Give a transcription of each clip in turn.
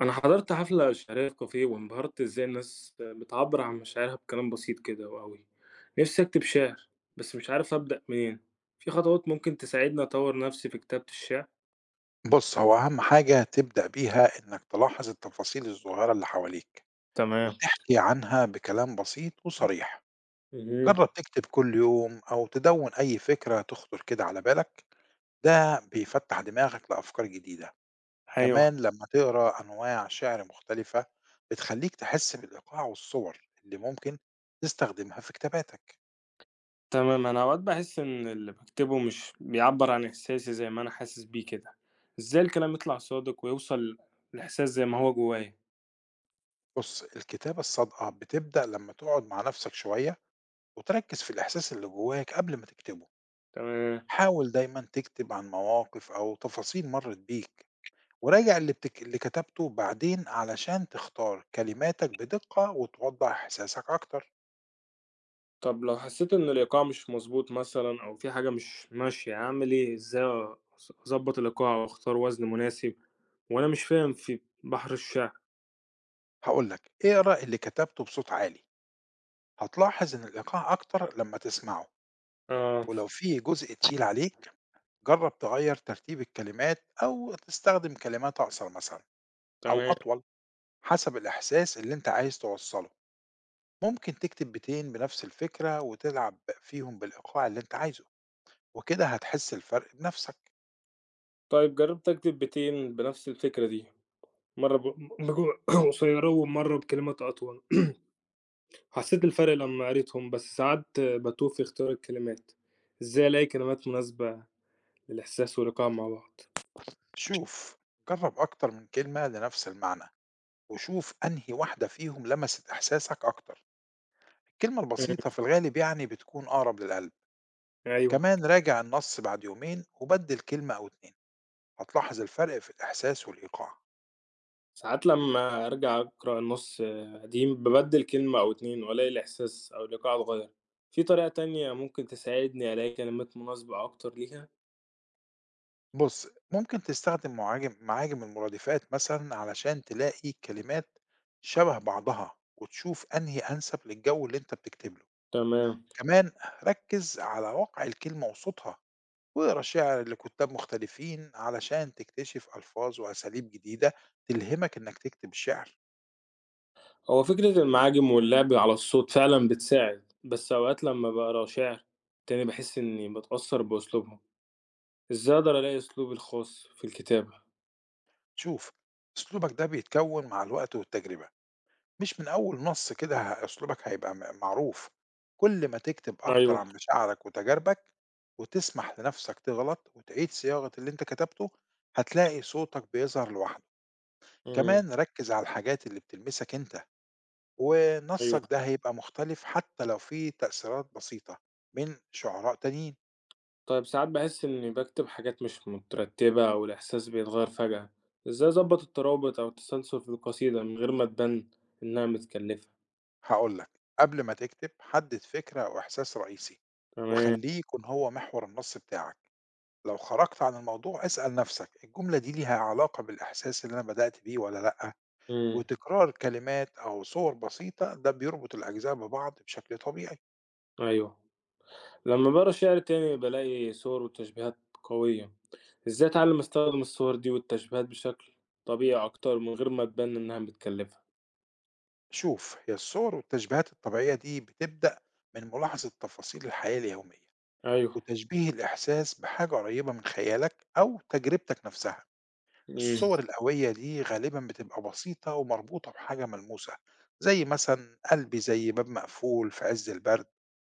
أنا حضرت حفلة شعرية في كافيه وانبهرت إزاي الناس بتعبر عن مشاعرها بكلام بسيط كده وقوي. نفسي أكتب شعر، بس مش عارف أبدأ منين. في خطوات ممكن تساعدني أطور نفسي في كتابة الشعر؟ بُص، هو أهم حاجة تبدأ بيها إنك تلاحظ التفاصيل الصغيرة اللي حواليك، تمام. وتحكي عنها بكلام بسيط وصريح، مهم. جرب تكتب كل يوم أو تدوّن أي فكرة تخطر كده على بالك، ده بيفتح دماغك لأفكار جديدة، أيوه. كمان لمّا تقرا أنواع شعر مختلفة بتخليك تحس بالإيقاع والصور اللي ممكن تستخدمها في كتاباتك. تمام. أنا أوقات بحس إن اللي بكتبه مش بيعبر عن إحساسي زي ما أنا حاسس بيه كده. إزاي الكلام يطلع صادق ويوصل الإحساس زي ما هو جوايا؟ بُص، الكتابة الصادقة بتبدأ لمّا تقعد مع نفسك شوية وتركز في الإحساس اللي جواك قبل ما تكتبه. تمام. حاول دايما تكتب عن مواقف أو تفاصيل مرت بيك وراجع اللي كتبته بعدين علشان تختار كلماتك بدقة وتوضح إحساسك أكتر. طب لو حسيت إن الإيقاع مش مضبوط مثلًا أو في حاجة مش ماشية، أعمل إيه؟ إزاي أضبّط الإيقاع وأختار وزن مناسب وأنا مش فاهم في بحر الشعر؟ هقولك اقرأ اللي كتبته بصوت عالي، هتلاحظ إن الإيقاع أكتر لما تسمعه. آه. ولو في جزء تقيل عليك جرب تغير ترتيب الكلمات أو تستخدم كلمات أقصر مثلا أو تمام. أطول حسب الإحساس اللي أنت عايز توصله. ممكن تكتب بيتين بنفس الفكرة وتلعب فيهم بالإيقاع اللي أنت عايزه وكده هتحس الفرق بنفسك. طيب جرّبت أكتب بيتين بنفس الفكرة دي، مرّة بجمل قصيّرة ومرّة بكلمات أطول. حسيت الفرق لمّا قريتهم، بس ساعات باتوه في اختيار الكلمات. إزاي ألاقي كلمات مناسبة للإحساس والإيقاع مع بعض؟ شوف، جرب أكتر من كلمة لنفس المعنى وشوف أنهي واحدة فيهم لمست إحساسك أكتر، الكلمة إمم. البسيطة في الغالب يعني بتكون أقرب للقلب. أيوه. كمان راجع النص بعد يومين وبدل كلمة أو اتنين، هتلاحظ الفرق في الإحساس والإيقاع. ساعات لما أرجع أقرأ النص قديم ببدل كلمة أو اتنين وألاقي الإحساس أو الإيقاع اتغير، في طريقة تانية ممكن تساعدني ألاقي كلمات مناسبة أكتر ليها؟ بص ممكن تستخدم معاجم المرادفات مثلا علشان تلاقي كلمات شبه بعضها وتشوف أنهي أنسب للجو اللي أنت بتكتب له. تمام. كمان ركز على وقع الكلمة وصوتها، واقرا شعر لكتاب مختلفين علشان تكتشف ألفاظ وأساليب جديدة تلهمك إنك تكتب شعر. هو فكرة المعاجم واللعب على الصوت فعلا بتساعد، بس أوقات لما بقرا شعر تاني بحس إني بتأثر بأسلوبهم، إزاي أقدر ألاقي أسلوبي الخاص في الكتابة؟ شوف، أسلوبك ده بيتكون مع الوقت والتجربة، مش من أول نص كده أسلوبك هيبقى معروف. كل ما تكتب أكتر أيوه. عن مشاعرك وتجاربك وتسمح لنفسك تغلط وتعيد صياغة اللي أنت كتبته هتلاقي صوتك بيظهر لوحده. امم. كمان ركز على الحاجات اللي بتلمسك أنت، أيوه. ونصك ده هيبقى مختلف حتى لو فيه تأثيرات بسيطة من شعراء تانيين. طيب ساعات باحس إني باكتب حاجات مش مترتبة أو الإحساس بيتغير فجأة، إزاي أضبط الترابط أو التسلسل في القصيدة من غير ما تبان إنها متكلفة؟ هاقول لك، قبل ما تكتب حدد فكرة أو إحساس رئيسي، تمام. وخلّيه يكون هو محور النص بتاعك، لو خرجت عن الموضوع اسأل نفسك الجملة دي ليها علاقة بالإحساس اللي أنا بدأت بيه والّا لأ؟ إمم. وتكرار كلمات أو صور بسيطة ده بيربط الأجزاء ببعض بشكل طبيعي. أيوه. لما باقرا شعر تاني بالاقي صور وتشبيهات قوية، إزاي أتعلم أستخدم الصور دي والتشبيهات بشكل طبيعي أكتر من غير ما تبان إنها متكلفة؟ شوف، هي الصور والتشبيهات الطبيعية دي بتبدأ من ملاحظة تفاصيل الحياة اليومية، أيوه. وتشبيه الإحساس بحاجة قريبة من خيالك أو تجربتك نفسها. إمم. الصور القوية دي غالبًا بتبقى بسيطة ومربوطة بحاجة ملموسة، زي مثلًا قلبي زي باب مقفول في عز البرد،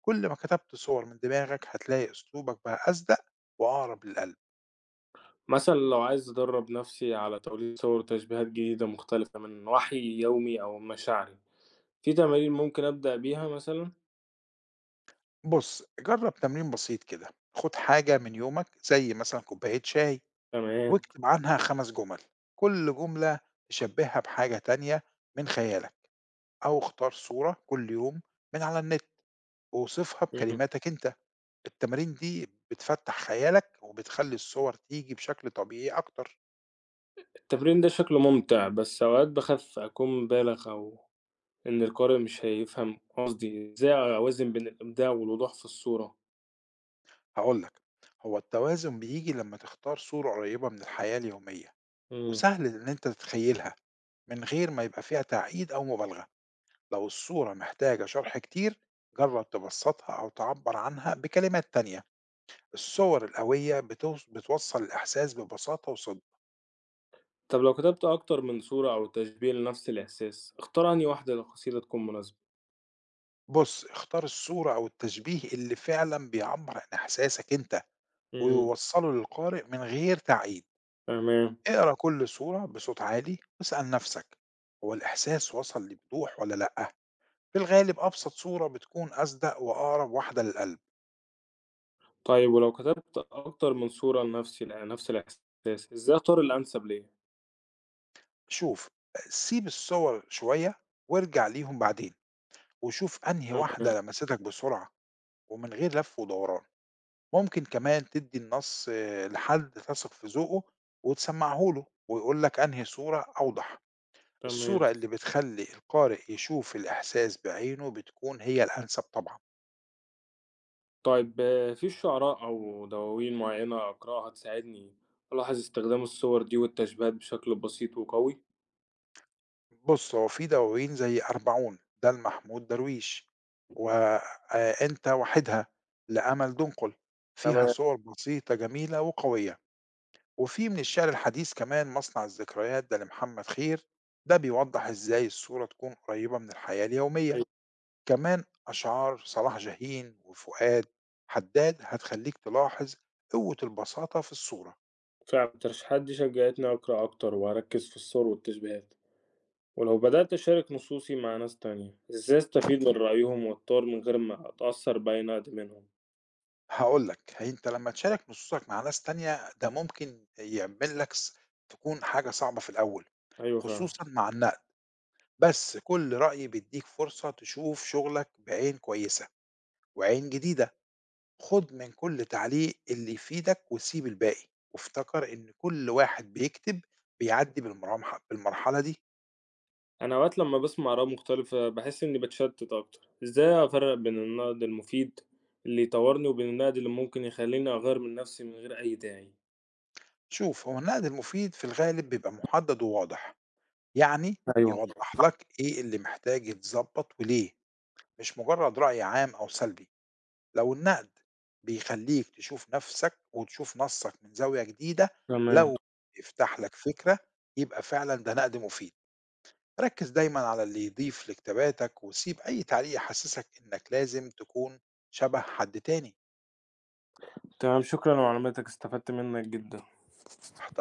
كل ما كتبت صور من دماغك هتلاقي أسلوبك بقى أصدق وأقرب للقلب. مثلًا لو عايز أدرب نفسي على توليد صور وتشبيهات جديدة مختلفة من وحي يومي أو مشاعري، في تمارين ممكن أبدأ بيها مثلًا؟ بُص، جرّب تمرين بسيط كده، خُد حاجة من يومك زي مثلًا كوباية شاي تمام. واكتب عنها 5 جمل، كل جملة شبّهها بحاجة تانية من خيالك، أو اختار صورة كل يوم من على النت ووصفها إمم. بكلماتك أنت. التمارين دي بتفتح خيالك وبتخلّي الصور تيجي بشكل طبيعي أكتر. التمرين ده شكله ممتع، بس أوقات باخاف أكون بالغ أو إن القارئ مش هيفهم قصدي، إزاي أوازن بين الإبداع والوضوح في الصورة؟ هاقول لك، هو التوازن بييجي لمّا تختار صورة قريبة من الحياة اليومية، امم. وسهل إن أنت تتخيلها من غير ما يبقى فيها تعقيد أو مبالغة، لو الصورة محتاجة شرح كتير جرّب تبسّطها أو تعبّر عنها بكلمات تانية، الصور القوية بتوصّل الإحساس ببساطة وصدق. طب لو كتبت أكتر من صورة أو تشبيه لنفس الإحساس، أختار أنهي واحدة للقصيدة تكون مناسبة؟ بُص، اختار الصورة أو التشبيه اللي فعلًا بيعبّر عن إحساسك أنت، امم. ويوصّله للقارئ من غير تعقيد. تمام. اقرا كل صورة بصوت عالي واسأل نفسك هو الإحساس وصل لبدوح ولا لأ؟ في الغالب أبسط صورة بتكون أصدق وأقرب واحدة للقلب. طيب ولو كتبت أكتر من صورة لنفس الإحساس، إزاي أختار الأنسب ليّا؟ شوف، سيب الصور شوية وارجع ليهم بعدين وشوف أنهي تمام. واحدة لمستك بسرعة ومن غير لف ودوران. ممكن كمان تدي النص آه، لحد تثق في ذوقه وتسمعه له ويقول لك أنهي صورة أوضح. تمام. الصورة اللي بتخلي القارئ يشوف الإحساس بعينه بتكون هي الأنسب طبعا. طيب آه، في شعراء أو دواوين معينة أقرأها تساعدني ألاحظ استخدام الصور دي والتشبيهات بشكل بسيط وقوي؟ بُص، هو في دواوين زي أربعون ده لمحمود درويش، وأنت وحدها لأمل دنقل، فيها تمام. صور بسيطة جميلة وقوية، وفي من الشعر الحديث كمان مصنع الذكريات ده لمحمد خير، ده بيوضح إزاي الصورة تكون قريبة من الحياة اليومية، كمان أشعار صلاح جاهين وفؤاد حداد هتخليك تلاحظ قوة البساطة في الصورة. فعلا الترشيحات دي شجعتني أقرأ أكتر وأركز في الصور والتشبيهات. ولو بدأت أشارك نصوصي مع ناس تانية، إزاي أستفيد من رأيهم وأتطور من غير ما أتأثر بأي نقد منهم؟ هاقول لك، هي أنت لمّا تشارك نصوصك مع ناس تانية، ده ممكن يعمل لك ص تكون حاجة صعبة في الأول، أيوة فعلا. خصوصًا مع النقل، بس كل رأي بيدّيك فرصة تشوف شغلك بعين كويسة وعين جديدة، خُد من كل تعليق اللي يفيدك وسيب الباقي، وافتكر إن كل واحد بيكتب بيعدّي بالمرحلة دي. أنا أوقات لما بسمع آراء مختلفة بحس إني بتشتت أكتر. إزاي أفرق بين النقد المفيد اللي يطورني وبين النقد اللي ممكن يخليني أغير من نفسي من غير أي داعي؟ شوف، هو النقد المفيد في الغالب بيبقى مُحدد وواضح، يعني أيوة. يوضح لك إيه اللي محتاج يتضبط وليه. مش مجرد رأي عام أو سلبي، لو النقد بيخليك تشوف نفسك وتشوف نصك من زاوية جديدة، تمام. لو يفتح لك فكرة يبقى فعلا ده نقد مفيد. ركز دايما على اللي يضيف لكتاباتك وسيب أي تعليق يحسسك إنك لازم تكون شبه حد تاني. تمام، شكرًا لمعلوماتك، استفدت منّك جدًا. تحت